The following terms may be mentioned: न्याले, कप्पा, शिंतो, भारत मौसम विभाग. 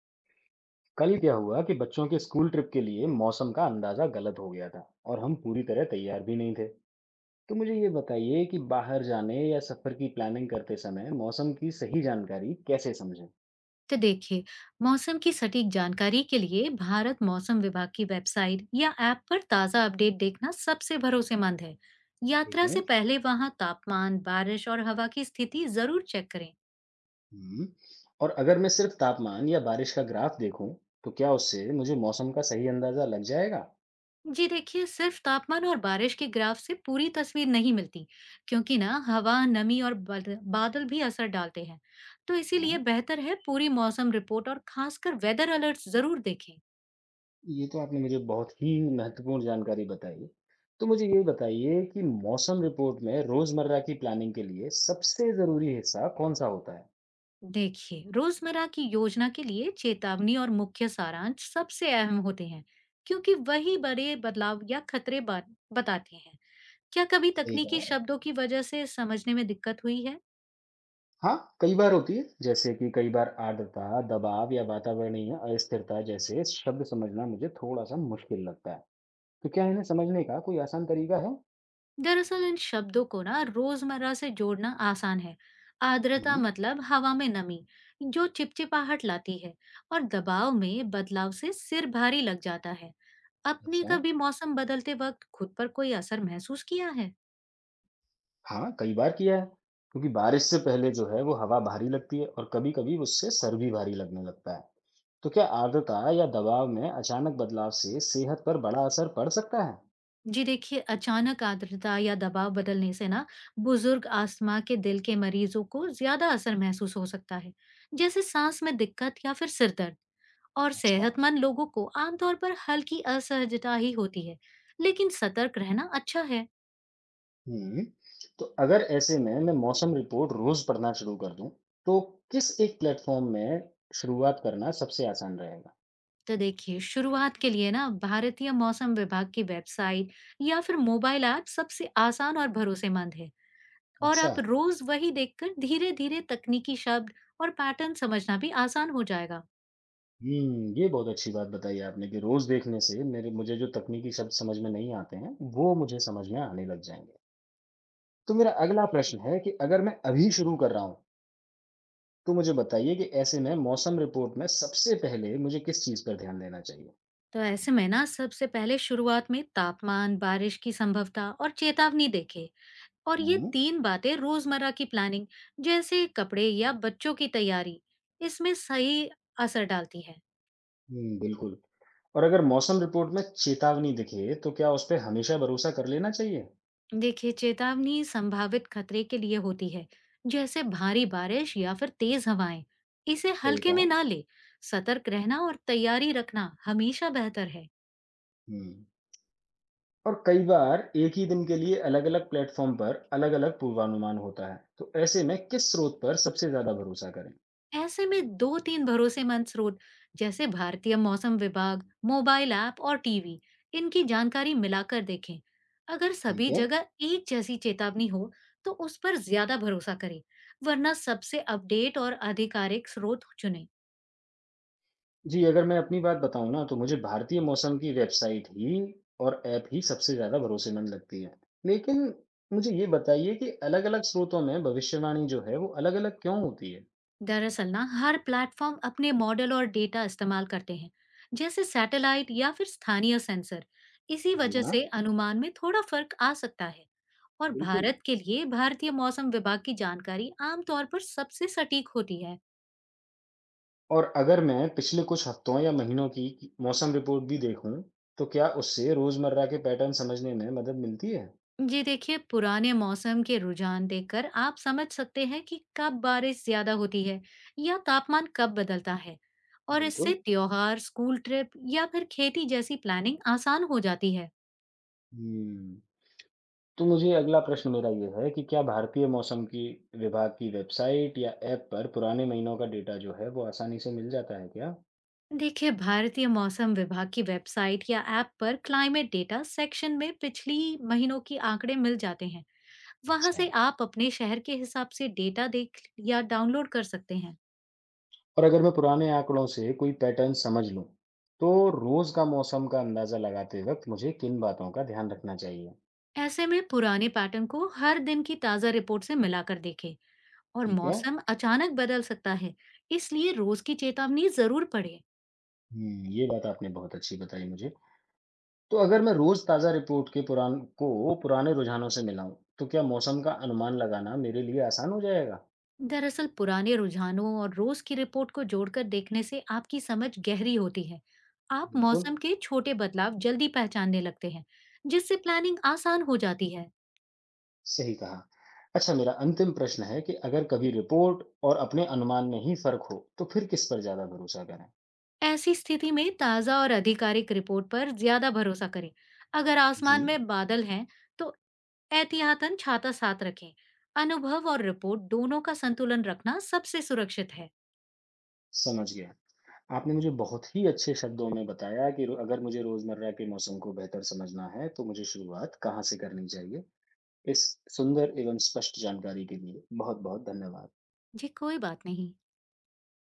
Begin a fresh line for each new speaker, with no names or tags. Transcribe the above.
कल क्या हुआ कि बच्चों के school trip के लिए मौसम का अंदाजा गलत हो गया था और हम पूरी तरह तैयार भी नहीं थे। तो मुझे ये बताइए कि बाहर जाने या सफर की प्लानिंग करते समय मौसम की सही जानकारी कैसे समझें।
तो देखिए। मौसम की सटीक जानकारी के लिए भारत मौसम विभाग की वेबसाइट या ऐप पर ताज़ा अपडेट देखना सबसे भरोसेमंद है।
ठीक
यात्रा
है।
से पहले वहाँ तापमान, बारिश और हवा की स्थिति जरूर चेक करें।
हम्म। और अगर मैं सिर्फ तापमान या बारिश का ग्राफ देखूं, तो क्या उससे मुझे मौसम का सही अंदाजा लग जाएगा।
जी देखिए, सिर्फ तापमान और बारिश के ग्राफ से पूरी तस्वीर नहीं मिलती, क्योंकि ना हवा, नमी और बादल भी असर डालते हैं। तो इसीलिए
हाँ,
बेहतर है पूरी मौसम रिपोर्ट और खासकर वेदर अलर्ट्स जरूर देखें।
ये तो आपने मुझे बहुत ही महत्वपूर्ण जानकारी बताई। तो मुझे ये बताइए कि मौसम रिपोर्ट में रोजमर्रा की प्लानिंग के लिए सबसे जरूरी हिस्सा कौन सा होता है।
देखिए, रोजमर्रा की योजना के लिए चेतावनी और मुख्य सारांश सबसे अहम होते हैं, क्योंकि वही बड़े बदलाव या खतरे बताते हैं। क्या कभी
सही
तकनीकी
कहा।
शब्दों की वजह से समझने में दिक्कत हुई है?
हाँ, कई बार होती है, जैसे कि कई बार आर्द्रता, दबाव या वातावरणीय अस्थिरता जैसे शब्द समझना मुझे थोड़ा-सा मुश्किल लगता है। तो क्या इन्हें समझने का कोई आसान तरीका है?
दरअसल इन शब्दों को ना रोजमर्रा से जोड़ना आसान है। आर्द्रता
हुँ।
मतलब हवा में नमी, जो चिपचिपाहट लाती है। और दबाव में बदलाव से सिर भारी लग जाता है। अपने
अच्छा।
कभी मौसम बदलते वक्त खुद पर कोई असर महसूस किया है?
हाँ, कई बार किया है, क्योंकि बारिश से पहले जो है वो हवा भारी लगती है और कभी-कभी उससे सर भी भारी लगने लगता है। तो क्या आर्द्रता या दबाव में अचानक बदलाव से सेहत पर बड़ा असर पड़ सकता है?
जी देखिए, अचानक आर्द्रता या दबाव बदलने से ना बुजुर्ग, अस्थमा के, दिल के मरीजों को ज्यादा असर महसूस हो सकता है, जैसे सांस में दिक्कत या फिर सिर दर्द। और
अच्छा।
सेहतमंद लोगों को आमतौर पर हल्की असहजता ही होती है, लेकिन सतर्क रहना अच्छा है।
हुँ। तो अगर ऐसे में मैं मौसम रिपोर्ट रोज़ पढ़ना शुरू कर दूँ, तो किस एक प्लेटफ़ॉर्म में शुरुआत करना सबसे आसान रहेगा?
तो देखिए, शुरुआत के लिए ना भारतीय मौसम विभाग की वेबसाइट या फिर मोबाइल ऐप सबसे आसान और भरोसेमंद है। और
अच्छा।
आप रोज वही देखकर धीरे-धीरे तकनीकी शब्द और पैटर्न समझना भी आसान हो जाएगा।
हुँ, ये बहुत अच्छी बात बताई आपने कि रोज़ देखने से मेरे मुझे जो तकनीकी शब्द समझ में नहीं आते हैं, वो मुझे समझ में आने लग जाएँगे। तो मेरा अगला प्रश्न है कि अगर मैं अभी शुरू कर रहा हूँ, तो मुझे बताइए कि ऐसे में मौसम रिपोर्ट में सबसे पहले मुझे किस चीज़ पर ध्यान देना चाहिए?
तो ऐसे में ना सबसे पहले शुरुआत में तापमान, बारिश की संभवता और चेतावनी देखें। और ये
हम्म।
तीन बातें रोजमर्रा की प्लानिंग, जैसे कपड़े या बच्चों की तैयारी, इसमें सही असर डालती है।
हुँ, बिल्कुल। और अगर मौसम रिपोर्ट में चेतावनी दिखे, तो क्या उस पे हमेशा भरोसा कर लेना चाहिए।
देखिए, चेतावनी संभावित खतरे के लिए होती है, जैसे भारी बारिश या फिर तेज हवाएं। इसे
ठीक
हल्के में
है।
ना ले। सतर्क रहना और तैयारी रखना हमेशा बेहतर है।
हम्म। और कई बार एक ही दिन के लिए अलग अलग प्लेटफॉर्म पर अलग अलग पूर्वानुमान होता है, तो ऐसे में किस स्रोत पर सबसे ज्यादा भरोसा करें।
ऐसे में 2-3 भरोसेमंद स्रोत, जैसे भारतीय मौसम विभाग, मोबाइल ऐप और टीवी, इनकी जानकारी मिलाकर देखें। अगर
ठीक
सभी
है।
जगह एक जैसी चेतावनी हो, तो उस पर ज्यादा भरोसा करें, वरना सबसे अपडेट और आधिकारिक स्रोत चुनें।
जी, अगर मैं अपनी बात बताऊं ना, तो मुझे भारतीय मौसम की वेबसाइट ही और ऐप ही सबसे ज्यादा भरोसेमंद लगती है। लेकिन मुझे ये बताइए कि अलग अलग स्रोतों में भविष्यवाणी जो है वो अलग अलग क्यों होती है।
दरअसल ना हर प्लेटफॉर्म अपने मॉडल और डेटा इस्तेमाल करते हैं, जैसे सैटेलाइट या फिर स्थानीय सेंसर। इसी
जी
वजह
हाँ।
से अनुमान में थोड़ा फर्क आ सकता है। और
बिल्कुल।
भारत के लिए भारतीय मौसम विभाग की जानकारी आमतौर पर सबसे सटीक होती है।
और अगर मैं पिछले कुछ हफ्तों या महीनों की मौसम रिपोर्ट भी देखूं, तो क्या उससे रोजमर्रा के पैटर्न समझने में मदद मिलती है?
जी देखिए, पुराने मौसम के रुझान देखकर आप समझ सकते हैं कि कब बारिश ज्यादा होती है या तापमान कब बदलता है। और
बिल्कुल।
इससे त्योहार, स्कूल ट्रिप या फिर खेती जैसी प्लानिंग आसान हो जाती है।
हम्म। तो मुझे अगला प्रश्न मेरा ये है कि क्या भारतीय मौसम की विभाग की वेबसाइट या ऐप पर पुराने महीनों का डेटा जो है वो आसानी से मिल जाता है क्या?
देखिए, भारतीय मौसम विभाग की वेबसाइट या ऐप पर क्लाइमेट डेटा सेक्शन में पिछली महीनों की आंकड़े मिल जाते हैं। वहाँ से
अच्छा।
आप अपने शहर के हिसाब से डेटा देख या डाउनलोड कर सकते हैं।
और अगर मैं पुराने आंकड़ों से कोई पैटर्न समझ लूं, तो रोज का मौसम का अंदाजा लगाते वक्त मुझे किन बातों का ध्यान रखना चाहिए?
ऐसे में पुराने पैटर्न को हर दिन की ताज़ा रिपोर्ट से मिलाकर देखें। और
ठीक है।
मौसम अचानक बदल सकता है, इसलिए रोज की चेतावनी जरूर पढ़े।
हम्म, ये बात आपने बहुत अच्छी बताई मुझे। तो अगर मैं रोज ताजा रिपोर्ट के पुराने रुझानों से मिलाऊं, तो क्या मौसम का अनुमान लगाना मेरे लिए आसान हो जाएगा?
दरअसल पुराने रुझानों और रोज की रिपोर्ट को जोड़कर देखने से आपकी समझ गहरी होती है। आप
बिल्कुल।
मौसम के छोटे बदलाव जल्दी पहचानने लगते हैं, जिससे प्लानिंग आसान हो जाती है।
सही कहा। अच्छा, मेरा अंतिम प्रश्न है कि अगर कभी रिपोर्ट और अपने अनुमान में ही फर्क हो, तो फिर किस पर ज्यादा भरोसा करें?
ऐसी स्थिति में ताज़ा और आधिकारिक रिपोर्ट पर ज्यादा भरोसा करें। अगर
जी,
आसमान में बादल हैं, तो एहतियातन छाता साथ रखें। अनुभव और रिपोर्ट दोनों का संतुलन रखना सबसे सुरक्षित है।
समझ गया। आपने मुझे बहुत ही अच्छे शब्दों में बताया कि अगर मुझे रोजमर्रा के मौसम को बेहतर समझना है, तो मुझे शुरुआत कहाँ से करनी चाहिए? इस सुंदर एवं स्पष्ट जानकारी के लिए बहुत-बहुत धन्यवाद।
जी कोई बात नहीं।